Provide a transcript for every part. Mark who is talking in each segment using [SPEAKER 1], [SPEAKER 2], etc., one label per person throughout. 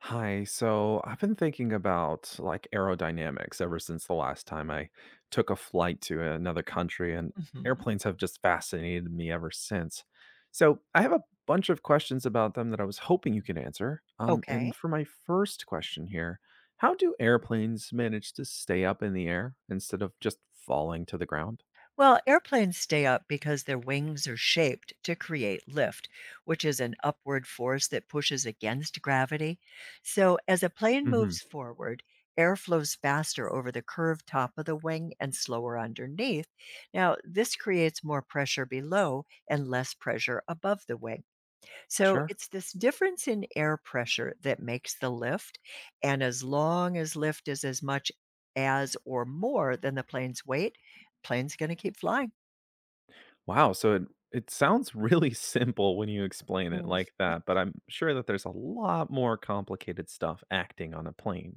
[SPEAKER 1] Hi. So I've been thinking about like aerodynamics ever since the last time I took a flight to another country, and
[SPEAKER 2] Mhm.
[SPEAKER 1] airplanes have just fascinated me ever since. So I have a bunch of questions about them that I was hoping you could answer. Um,
[SPEAKER 2] Okay.
[SPEAKER 1] and for my first question here, how do airplanes manage to stay up in the air instead of just falling to the ground?
[SPEAKER 2] Well, airplanes stay up because their wings are shaped to create lift, which is an upward force that pushes against gravity. So, as a plane
[SPEAKER 1] Hmm.
[SPEAKER 2] moves forward, air flows faster over the curved top of the wing and slower underneath. Now, this creates more pressure below and less pressure above the wing. So
[SPEAKER 1] Sure.
[SPEAKER 2] it's this difference in air pressure that makes the lift, and as long as lift is as much as or more than the plane's weight, plane's going to keep flying.
[SPEAKER 1] Wow, so it sounds really simple when you explain it
[SPEAKER 2] Mm.
[SPEAKER 1] like that, but I'm sure that there's a lot more complicated stuff acting on a plane.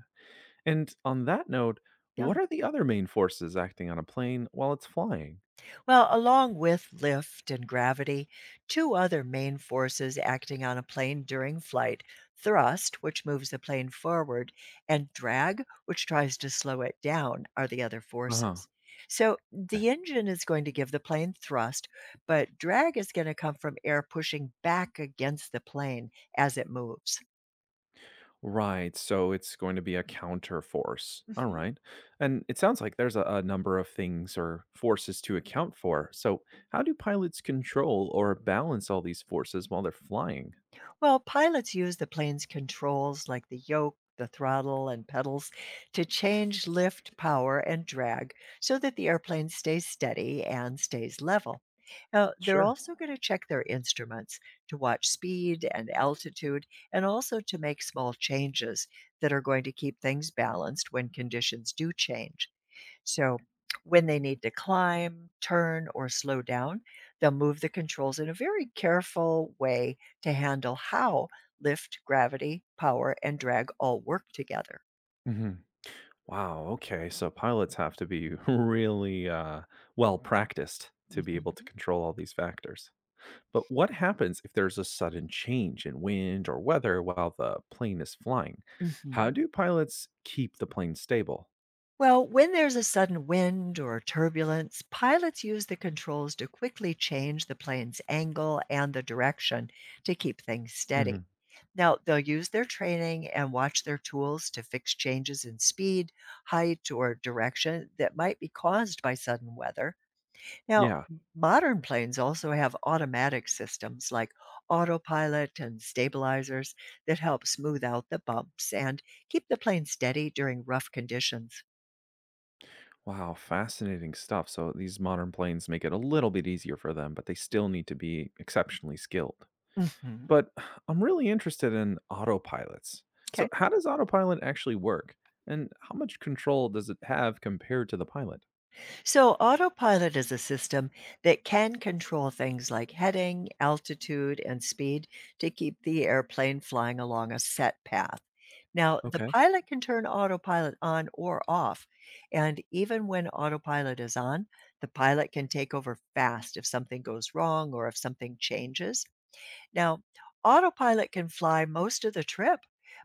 [SPEAKER 1] And on that note,
[SPEAKER 2] Yeah.
[SPEAKER 1] what are the other main forces acting on a plane while it's flying?
[SPEAKER 2] Well, along with lift and gravity, two other main forces acting on a plane during flight thrust, which moves the plane forward, and drag, which tries to slow it down, are the other
[SPEAKER 1] Uh-huh.
[SPEAKER 2] forces. So the
[SPEAKER 1] Okay.
[SPEAKER 2] engine is going to give the plane thrust, but drag is going to come from air pushing back against the plane as it moves.
[SPEAKER 1] Right, so it's going to be a counter force. All
[SPEAKER 2] Mhm.
[SPEAKER 1] right. And it sounds like there's a number of things or forces to account for. So, how do pilots control or balance all these forces while they're flying?
[SPEAKER 2] Well, pilots use the plane's controls like the yoke, the throttle, and pedals to change lift, power, and drag so that the airplane stays steady and stays level. Now, they're
[SPEAKER 1] Sure.
[SPEAKER 2] also going to check their instruments to watch speed and altitude and also to make small changes that are going to keep things balanced when conditions do change. So, when they need to climb, turn, or slow down, they'll move the controls in a very careful way to handle how lift, gravity, power, and drag all work together.
[SPEAKER 1] Hmm. Wow. Okay. So pilots have to be really well practiced to be able to
[SPEAKER 2] Mhm.
[SPEAKER 1] control all these factors. But what happens if there's a sudden change in wind or weather while the plane is flying? How
[SPEAKER 2] Mhm.
[SPEAKER 1] do pilots keep the plane stable?
[SPEAKER 2] Well, when there's a sudden wind or turbulence, pilots use the controls to quickly change the plane's angle and the direction to keep things steady.
[SPEAKER 1] Hmm.
[SPEAKER 2] Now, they'll use their training and watch their tools to fix changes in speed, height, or direction that might be caused by sudden weather. Now,
[SPEAKER 1] Yeah.
[SPEAKER 2] modern planes also have automatic systems like autopilot and stabilizers that help smooth out the bumps and keep the plane steady during rough conditions.
[SPEAKER 1] Wow. Fascinating stuff. So these modern planes make it a little bit easier for them, but they still need to be exceptionally skilled.
[SPEAKER 2] Hmm.
[SPEAKER 1] But I'm really interested in autopilots.
[SPEAKER 2] Okay.
[SPEAKER 1] So, how does autopilot actually work? And how much control does it have compared to the pilot?
[SPEAKER 2] So, autopilot is a system that can control things like heading, altitude, and speed to keep the airplane flying along a set path. Now, the
[SPEAKER 1] Okay.
[SPEAKER 2] pilot can turn autopilot on or off. And even when autopilot is on, the pilot can take over fast if something goes wrong or if something changes. Now, autopilot can fly most of the trip,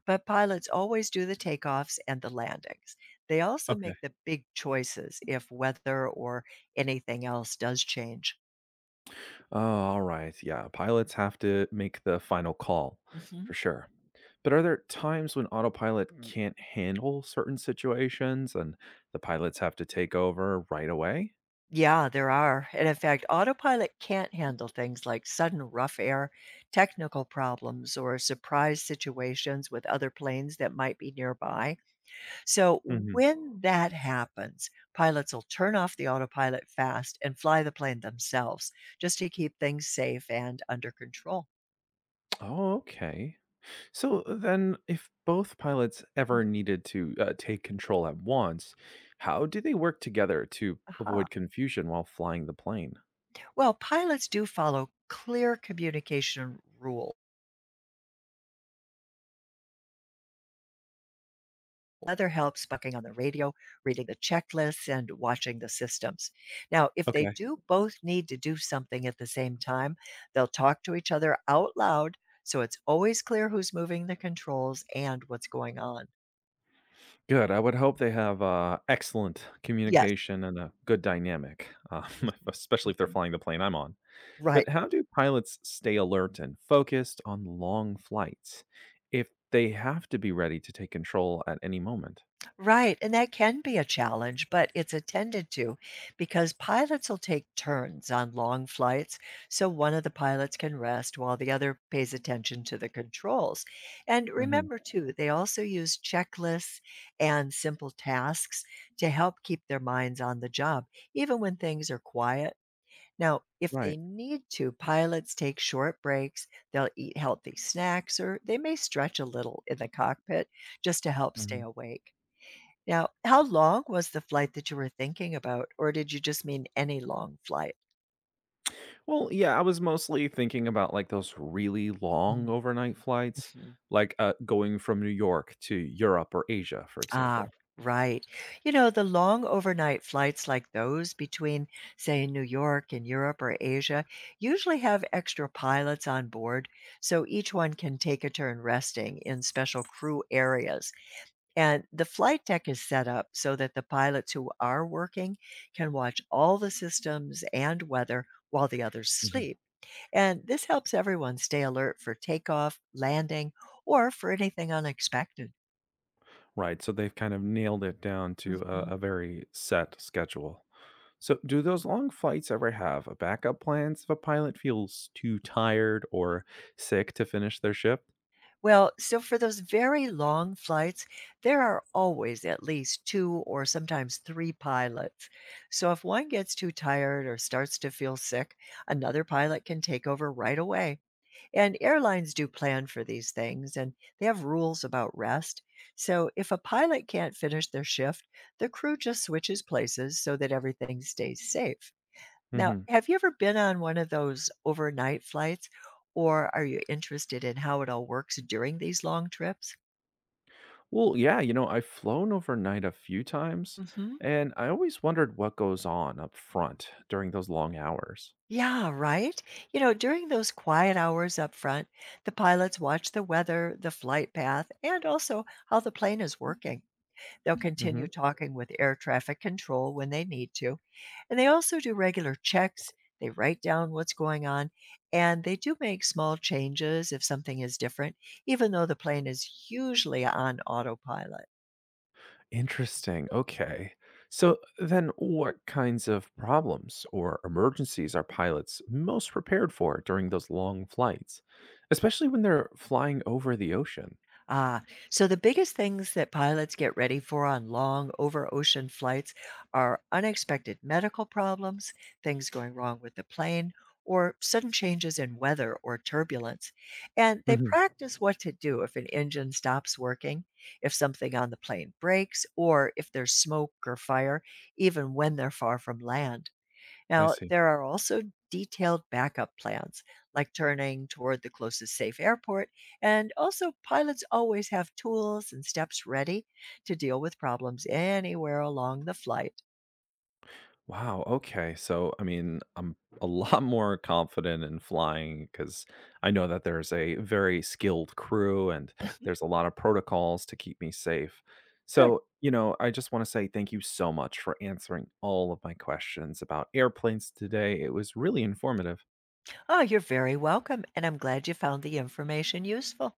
[SPEAKER 2] but pilots always do the takeoffs and the landings. They also make
[SPEAKER 1] Okay.
[SPEAKER 2] the big choices if weather or anything else does change.
[SPEAKER 1] Oh, all right. Yeah, pilots have to make the final call for
[SPEAKER 2] Hmm.
[SPEAKER 1] sure. But are there times when autopilot Mm. can't handle certain situations and the pilots have to take over right away?
[SPEAKER 2] Yeah, there are. And in fact, autopilot can't handle things like sudden rough air, technical problems, or surprise situations with other planes that might be nearby. So when that happens, pilots will turn off the autopilot fast and fly the plane themselves just to keep things safe and under control.
[SPEAKER 1] Oh, okay. So then, if both pilots ever needed to take control at once, how do they work together to
[SPEAKER 2] Aha.
[SPEAKER 1] avoid confusion while flying the plane?
[SPEAKER 2] Well, pilots do follow clear communication rules. Weather helps bucking on the radio, reading the checklists, and watching the systems. Now, if they
[SPEAKER 1] Okay,
[SPEAKER 2] do both need to do something at the same time, they'll talk to each other out loud so it's always clear who's moving the controls and what's going on.
[SPEAKER 1] good. I would hope they have excellent
[SPEAKER 2] Yes.
[SPEAKER 1] communication and a good dynamic,
[SPEAKER 2] Mhm.
[SPEAKER 1] especially if they're
[SPEAKER 2] Mhm.
[SPEAKER 1] flying the plane I'm on. But
[SPEAKER 2] Right,
[SPEAKER 1] how do pilots stay alert and focused on long flights if they have to be ready to take control at any moment?
[SPEAKER 2] right, and that can be a challenge, but it's attended to because pilots will take turns on long flights, so one of the pilots can rest while the other pays attention to the controls. And
[SPEAKER 1] Hmm.
[SPEAKER 2] remember, too, they also use checklists and simple tasks to help keep their minds on the job, even when things are quiet. Now, if they
[SPEAKER 1] Right.
[SPEAKER 2] need to, pilots take short breaks, they'll eat healthy snacks, or they may stretch a little in the cockpit just to help stay awake. Now, how long was the flight that you were thinking about, or did you just mean any long flight?
[SPEAKER 1] Well, yeah, I was mostly thinking about, like, those really long overnight flights,
[SPEAKER 2] Mhm.
[SPEAKER 1] like, going from New York to Europe or Asia, for
[SPEAKER 2] Ah,
[SPEAKER 1] example.
[SPEAKER 2] right. You know, the long overnight flights like those between, say, New York and Europe or Asia usually have extra pilots on board, so each one can take a turn resting in special crew areas. And the flight deck is set up so that the pilots who are working can watch all the systems and weather while the others
[SPEAKER 1] Mhm.
[SPEAKER 2] sleep. And this helps everyone stay alert for takeoff, landing, or for anything unexpected.
[SPEAKER 1] Right, so they've kind of nailed it down to a
[SPEAKER 2] Mhm.
[SPEAKER 1] very set schedule. So, do those long flights ever have a backup plans if a pilot feels too tired or sick to finish their shift?
[SPEAKER 2] Well, so for those very long flights, there are always at least two or sometimes three pilots. So if one gets too tired or starts to feel sick, another pilot can take over right away. And airlines do plan for these things and they have rules about rest. So if a pilot can't finish their shift, the crew just switches places so that everything stays safe. Now,
[SPEAKER 1] Mhm.
[SPEAKER 2] have you ever been on one of those overnight flights, or are you interested in how it all works during these long trips?
[SPEAKER 1] Well, yeah, you know, I've flown overnight a few times,
[SPEAKER 2] Hmm.
[SPEAKER 1] and I always wondered what goes on up front during those long hours.
[SPEAKER 2] Yeah, right? You know, during those quiet hours up front, the pilots watch the weather, the flight path, and also how the plane is working. They'll continue
[SPEAKER 1] Mhm.
[SPEAKER 2] talking with air traffic control when they need to. And they also do regular checks. They write down what's going on and they do make small changes if something is different, even though the plane is usually on autopilot.
[SPEAKER 1] Interesting. Okay. So then what kinds of problems or emergencies are pilots most prepared for during those long flights, especially when they're flying over the ocean?
[SPEAKER 2] Ah, so the biggest things that pilots get ready for on long over ocean flights are unexpected medical problems, things going wrong with the plane, or sudden changes in weather or turbulence. And they
[SPEAKER 1] Mhm.
[SPEAKER 2] practice what to do if an engine stops working, if something on the plane breaks, or if there's smoke or fire, even when they're far from land.
[SPEAKER 1] I
[SPEAKER 2] Now,
[SPEAKER 1] see.
[SPEAKER 2] there are also detailed backup plans, like turning toward the closest safe airport, and also pilots always have tools and steps ready to deal with problems anywhere along the flight.
[SPEAKER 1] Wow, okay. So, I mean, I'm a lot more confident in flying because I know that there's a very skilled crew and
[SPEAKER 2] Mhm.
[SPEAKER 1] there's a lot of protocols to keep me safe.
[SPEAKER 2] Good.
[SPEAKER 1] So, you know, I just want to say thank you so much for answering all of my questions about airplanes today. It was really informative.
[SPEAKER 2] Oh, you're very welcome, and I'm glad you found the information useful.